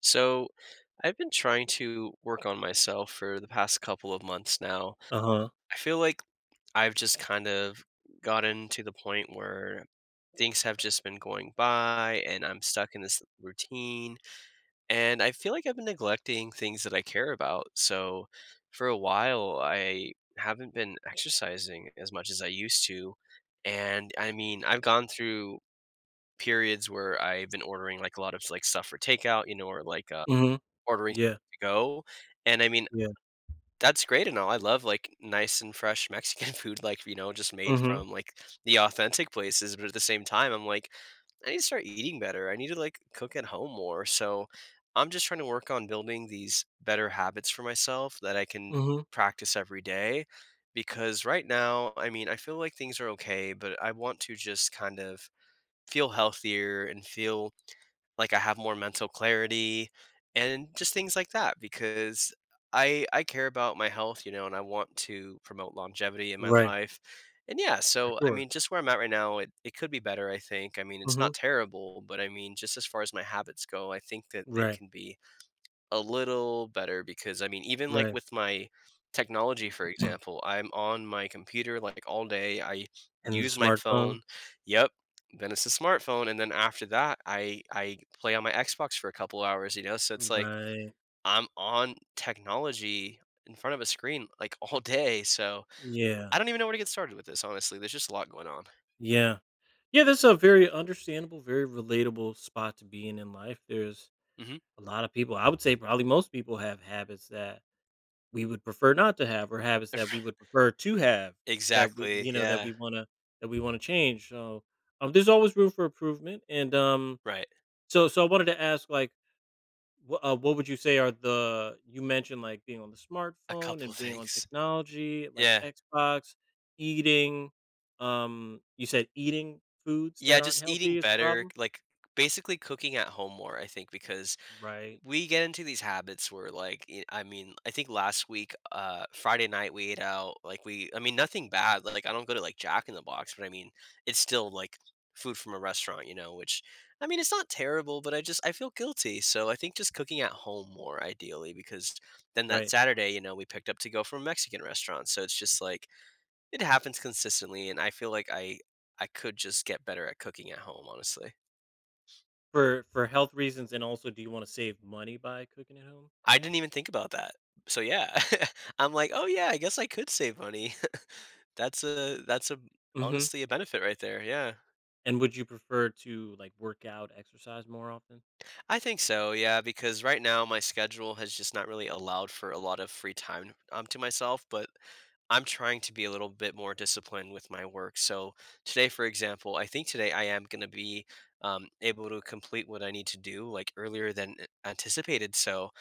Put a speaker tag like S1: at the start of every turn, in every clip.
S1: So, I've been trying to work on myself for the past couple of months now.
S2: Uh-huh.
S1: I feel like I've just kind of gotten to the point where things have just been going by and I'm stuck in this routine. And I feel like I've been neglecting things that I care about. So, for a while, I haven't been exercising as much as I used to. And I mean, I've gone through periods where I've been ordering like a lot of like stuff for takeout, or like
S2: Mhm.
S1: ordering
S2: Yeah.
S1: to go, and I mean,
S2: Yeah.
S1: that's great and all, I love, like, nice and fresh Mexican food, like, just made
S2: Mhm.
S1: from, like, the authentic places, but at the same time, I'm like, "I need to start eating better, I need to, like, cook at home more," so, I'm just trying to work on building these better habits for myself that I can
S2: Mhm.
S1: practice every day, because right now, I mean, I feel like things are okay, but I want to just kind of feel healthier and feel like I have more mental clarity and just things like that because I care about my health, you know, and I want to promote longevity in my
S2: Right.
S1: life. And yeah,
S2: For
S1: so I
S2: sure.
S1: mean, just where I'm at right now, it could be better, I think. I mean, it's not
S2: Mhm.
S1: terrible, but I mean, just as far as my habits go, I think that they
S2: Right.
S1: can be a little better because I mean, even like
S2: Right.
S1: with my technology, for example, I'm on my computer like all day. I
S2: And the
S1: use my
S2: smartphone.
S1: phone. Yep. Then it's a smartphone, and then after that, I play on my Xbox for a couple hours. You know, so it's like
S2: Right.
S1: I'm on technology in front of a screen like all day. So
S2: Yeah.
S1: I don't even know where to get started with this. Honestly, there's just a lot going on.
S2: Yeah. Yeah, that's a very understandable, very relatable spot to be in life. There's
S1: hmm
S2: a lot of people, I would say probably most people have habits that we would prefer not to have or habits that we would prefer to have that we
S1: exactly. Yeah.
S2: that we want to change. So, there's always room for improvement, and
S1: Right.
S2: so I wanted to ask, like, what would you say are the you mentioned, like, being on the
S1: A
S2: smartphone
S1: couple
S2: and being on
S1: things.
S2: technology, like
S1: Yeah.
S2: Xbox, eating, you said eating foods
S1: Yeah,
S2: that aren't
S1: just eating
S2: healthy is the
S1: better,
S2: problem?
S1: like, basically cooking at home more, I think, because
S2: Right.
S1: we get into these habits where, like, y I mean, I think last week, Friday night, we ate out, like, we I mean, nothing bad, like, I don't go to, like, Jack in the Box, but I mean, it's still, like, food from a restaurant, you know, which I mean, it's not terrible, but I just I feel guilty, so I think just cooking at home more ideally because then that
S2: Right.
S1: Saturday, you know, we picked up to go from a Mexican restaurant, so it's just like, it happens consistently, and I feel like I could just get better at cooking at home, honestly.
S2: For health reasons, and also do you want to save money by cooking at home?
S1: I didn't even think about that. So yeah, I'm like, "Oh yeah, I guess I could save money." That's a
S2: Mhm.
S1: honestly a benefit right there, yeah.
S2: And would you prefer to, like, work out, exercise more often?
S1: I think so, yeah, because right now my schedule has just not really allowed for a lot of free time, to myself, but I'm trying to be a little bit more disciplined with my work. So today, for example, I think today I am going to be able to complete what I need to do like earlier than anticipated. So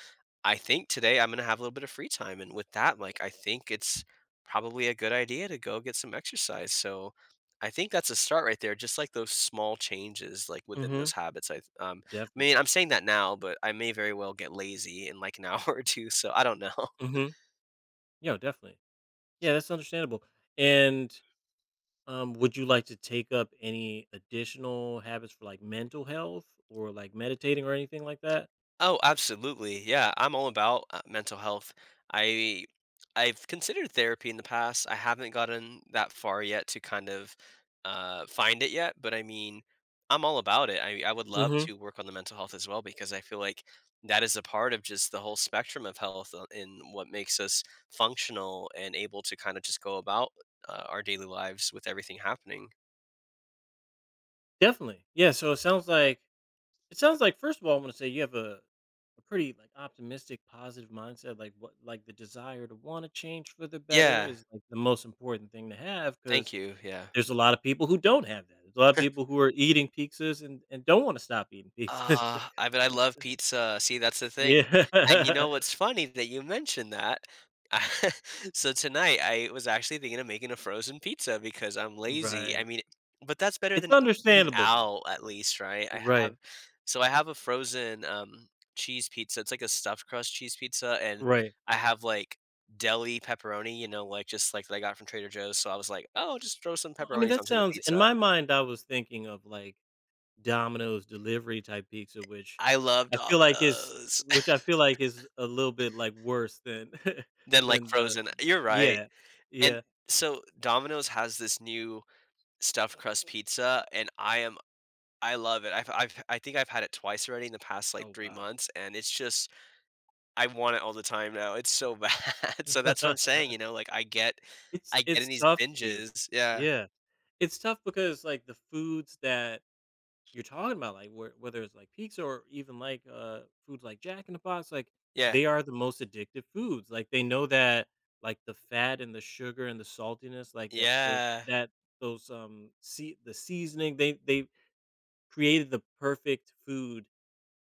S1: I think today I'm going to have a little bit of free time, and with that, like I think it's probably a good idea to go get some exercise. So I think that's a start right there. Just like those small changes, like within those
S2: Mhm.
S1: habits. I mean,
S2: Definitely.
S1: I'm saying that now, but I may very well get lazy in like an hour or two. So I don't know.
S2: Mhm. Yeah, definitely. Yeah, that's understandable. And would you like to take up any additional habits for, like, mental health or like meditating or anything like that?
S1: Oh, absolutely. Yeah, I'm all about mental health. I I've considered therapy in the past. I haven't gotten that far yet to kind of find it yet, but I mean, I'm all about it. I would love
S2: Hmm.
S1: to work on the mental health as well because I feel like that is a part of just the whole spectrum of health in what makes us functional and able to kind of just go about our daily lives with everything happening.
S2: Definitely. Yeah. So it sounds like it sounds like, first of all, I want to say you have a pretty like optimistic, positive mindset. Like what, like the desire to want to change for the better
S1: Yeah,
S2: is like the most important thing to have,
S1: thank
S2: because
S1: you. Yeah.
S2: there's a lot of people who don't have that. There's a lot of people who are eating pizzas and don't want to stop eating pizzas.
S1: Ah, I mean, I love pizza. See, that's the thing, and you
S2: Yeah.
S1: know what's funny that you mentioned that. So tonight, I was actually thinking of making a frozen pizza because I'm lazy. I
S2: Right.
S1: mean, but that's better
S2: It's
S1: than eating
S2: understandable though.
S1: out at least, right? I have
S2: Right.
S1: so I have a frozen, cheese pizza. It's like a stuffed crust cheese pizza, and
S2: Right.
S1: I have, like, deli pepperoni, you know, like, just like that I got from Trader Joe's, so I was like, "Oh, just throw some
S2: Well, I mean,
S1: pepperonis
S2: that
S1: onto the
S2: sounds, in
S1: pizza."
S2: my mind, I was thinking of, like, Domino's delivery type pizza, which
S1: I love
S2: I feel like is
S1: Domino's.
S2: which I feel like is a little bit, like, worse than
S1: Than, like,
S2: than the
S1: frozen. You're right.
S2: yeah,
S1: And
S2: yeah.
S1: so Domino's has this new stuffed crust pizza, and I love it. I think I've had it twice already in the past like
S2: Oh,
S1: 3
S2: wow.
S1: months, and it's just I want it all the time now. It's so bad. So that's what I'm saying, you know, like
S2: It's
S1: I get in
S2: it's
S1: these
S2: tough to
S1: binges. Yeah.
S2: yeah. It's tough because, like, the foods that you're talking about, like, where whether it's, like, pizza or even, like, foods like Jack in the Box, like,
S1: Yeah.
S2: they are the most addictive foods, like, they know that, like, the fat and the sugar and the saltiness, like, that those
S1: Yeah.
S2: that those, see the seasoning, they created the perfect food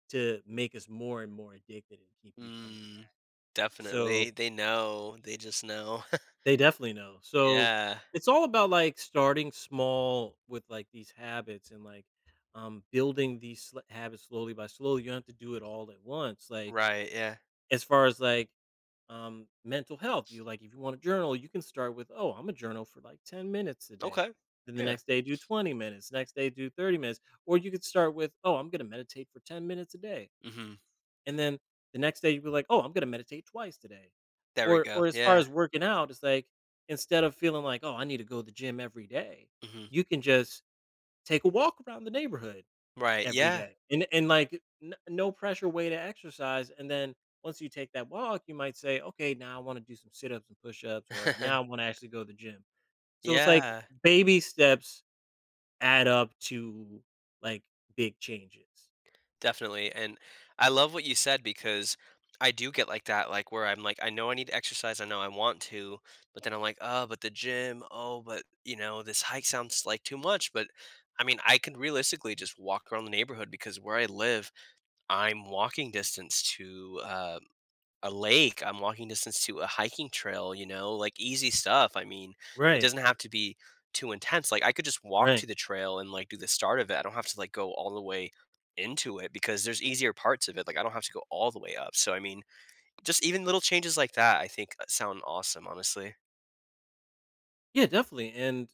S2: to make us more and more addicted and keep you coming
S1: Mm.
S2: back.
S1: Definitely.
S2: So
S1: They know. They just know.
S2: they definitely know. So,
S1: Yeah.
S2: it's all about, like, starting small with, like, these habits and, like, building these sl habits slowly by slowly. You don't have to do it all at once. Like,
S1: Right. Yeah.
S2: as far as, like, mental health, you like, if you wanna journal, you can start with, "Oh, I am a journal for, like, 10 minutes a day."
S1: Okay.
S2: Then the
S1: Yeah.
S2: next day do 20 minutes, next day do 30 minutes, or you could start with, "Oh, I'm gonna meditate for 10 minutes a day."
S1: Mhm.
S2: And then the next day you'll be like, "Oh, I'm gonna meditate twice today."
S1: There we
S2: Or
S1: go.
S2: or as far
S1: Yeah.
S2: as working out, it's like, instead of feeling like, "Oh, I need to go to the gym every day,"
S1: Mhm.
S2: you can just take a walk around the neighborhood
S1: Right.
S2: every
S1: Yeah.
S2: day, and like n no pressure way to exercise. And then once you take that walk, you might say, "Okay, now I wanna do some sit-ups and push-ups," or, "Now I wanna actually go to the gym." So it's like
S1: Yeah.
S2: baby steps add up to, like, big changes.
S1: Definitely, and I love what you said because I do get like that, like where I'm like, I know I need to exercise, I know I want to, but then I'm like, oh, but the gym, oh, but you know, this hike sounds like too much. But I mean, I can realistically just walk around the neighborhood because where I live, I'm walking distance to a lake. I'm walking distance to a hiking trail, you know, like easy stuff. I mean, it
S2: Right,
S1: doesn't have to be too intense. Like I could just walk to
S2: right.
S1: the trail and like do the start of it. I don't have to like go all the way into it because there's easier parts of it. Like I don't have to go all the way up. So I mean, just even little changes like that, I think sound awesome, honestly.
S2: Yeah, definitely. And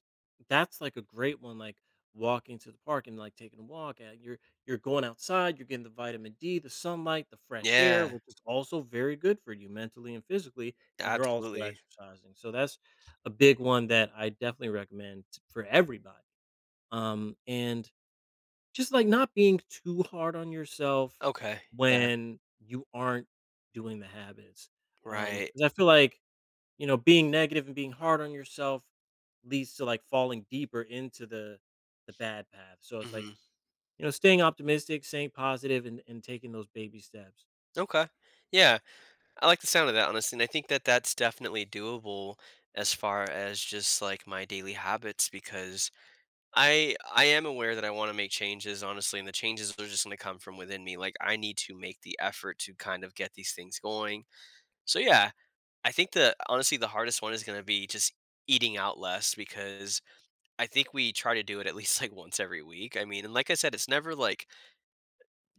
S2: that's like a great one, like walking to the park and like taking a walk. And you're going outside, you're getting the vitamin D, the sunlight, the fresh air,
S1: Yeah,
S2: which is also very good for you mentally and physically. And you're also
S1: absolutely.
S2: exercising. So that's a big one that I definitely recommend for everybody. And just like not being too hard on yourself
S1: Okay. Yeah.
S2: when you aren't doing the habits.
S1: Right.
S2: Because I feel like, you know, being negative and being hard on yourself leads to, like, falling deeper into the bad path. So it's like,
S1: hmm
S2: you know, staying optimistic, staying positive, and taking those baby steps.
S1: Okay. Yeah. I like the sound of that, honestly, and I think that that's definitely doable as far as just like my daily habits because I am aware that I want to make changes, honestly, and the changes are just going to come from within me. Like I need to make the effort to kind of get these things going. So yeah, I think the honestly the hardest one is going to be just eating out less because I think we try to do it at least like once every week. I mean, and like I said, it's never like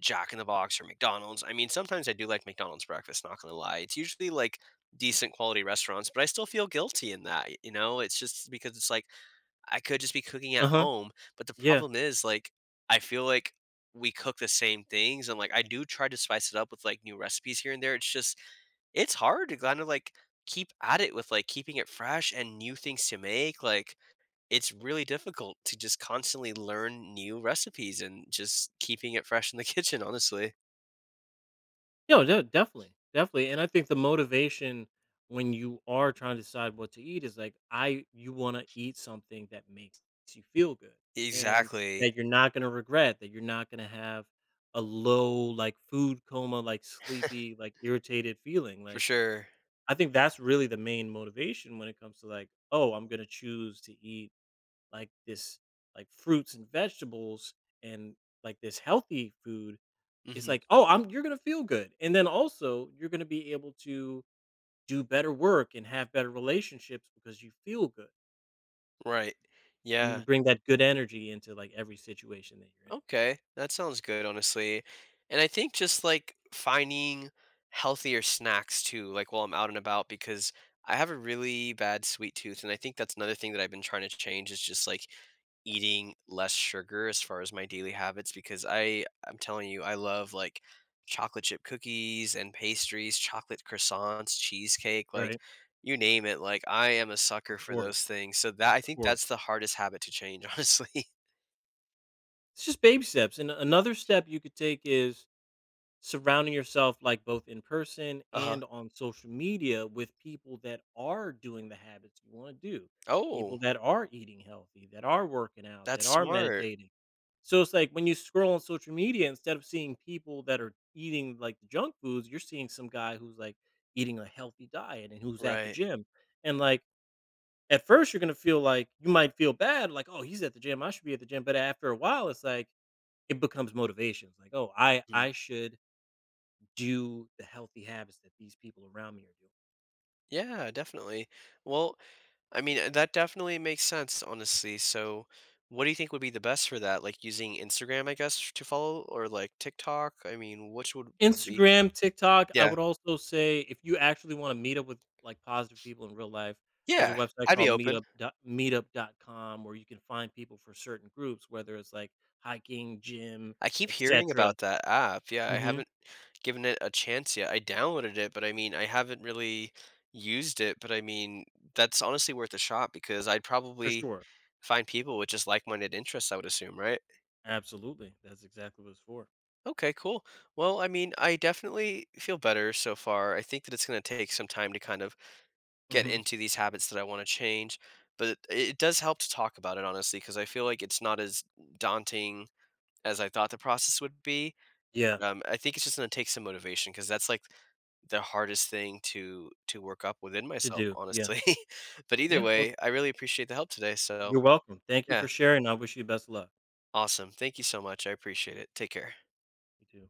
S1: Jack in the Box or McDonald's. I mean, sometimes I do like McDonald's breakfast, not gonna lie. It's usually like decent quality restaurants, but I still feel guilty in that, you know? It's just because it's like I could just be cooking at
S2: Uh-huh.
S1: home, but the
S2: Yeah.
S1: problem is like I feel like we cook the same things and like I do try to spice it up with like new recipes here and there. It's just it's hard to kind of like keep at it with like keeping it fresh and new things to make. Like it's really difficult to just constantly learn new recipes and just keeping it fresh in the kitchen, honestly.
S2: No, definitely. Definitely. And I think the motivation when you are trying to decide what to eat is like I you want to eat something that makes you feel good and
S1: Exactly.
S2: that you're not going to regret, that you're not going to have a low like food coma, like sleepy, like irritated feeling.
S1: For
S2: Like
S1: sure.
S2: I think that's really the main motivation when it comes to like, oh, I'm gonna choose to eat like this, like fruits and vegetables and like this healthy food. It's
S1: Mhm.
S2: like, oh, I'm you're gonna feel good, and then also you're gonna be able to do better work and have better relationships because you feel good
S1: Right.
S2: and you
S1: Yeah.
S2: bring that good energy into like every situation that you're in.
S1: Okay, that sounds good, honestly. And I think just like finding healthier snacks too, like while I'm out and about, because I have a really bad sweet tooth. And I think that's another thing that I've been trying to change is just like eating less sugar as far as my daily habits because I'm telling you I love like chocolate chip cookies and pastries, chocolate croissants, cheesecake, like
S2: Right.
S1: you name it. Like I am a
S2: Of
S1: sucker for
S2: course.
S1: those things. So that
S2: Of
S1: I think
S2: course.
S1: that's the hardest habit to change, honestly.
S2: It's just baby steps. And another step you could take is surrounding yourself, like, both in person
S1: Uh-huh.
S2: and on social media with people that are doing the habits you want to do
S1: Oh.
S2: people that are eating healthy, that are working out,
S1: That's
S2: that are
S1: smart,
S2: meditating, so it's like when you scroll on social media, instead of seeing people that are eating like the junk foods, you're seeing some guy who's like eating a healthy diet and who's at the
S1: right.
S2: gym and like at first you're going to feel like you might feel bad, like, oh, he's at the gym, I should be at the gym, but after a while it's like it becomes motivation. It's like, oh, i
S1: Mhm.
S2: i should do the healthy habits that these people around me are
S1: Yeah, definitely. Well, I mean, that definitely makes sense, honestly. So, what do you think would be the best for that? Like using Instagram, I guess, to follow or like TikTok? I mean, which
S2: doing.
S1: would be
S2: Instagram, TikTok, I
S1: Yeah.
S2: would also say if you actually wanna meet up with, like, positive people in real life, there's a
S1: Yeah,
S2: website
S1: I'd be
S2: called
S1: open.
S2: meetup.com where you can find people for certain groups, whether it's, like, hiking, gym,
S1: I keep hearing
S2: etcetera.
S1: about that app. Yeah, I
S2: Mhm.
S1: haven't given it a chance yet. I downloaded it, but I mean, I haven't really used it, but I mean, that's honestly worth a shot because I'd
S2: For
S1: probably
S2: sure.
S1: find people with just like-minded interests, I would assume, right?
S2: Absolutely. That's exactly what it's for.
S1: Okay, cool. Well, I mean, I definitely feel better so far. I think that it's going to take some time to kind of get
S2: Mhm.
S1: into these habits that I want to change, but it does help to talk about it, honestly, because I feel like it's not as daunting as I thought the process would be.
S2: Yeah.
S1: I think it's just going to take some motivation because that's like the hardest thing to work up within
S2: To
S1: myself,
S2: do. Yeah.
S1: honestly. But either
S2: Yeah, well,
S1: way, I really appreciate the help today. So
S2: you're welcome. Thank you
S1: yeah,
S2: for sharing, I wish you best luck.
S1: awesome. Thank you so much. I appreciate it. Take care.
S2: You too.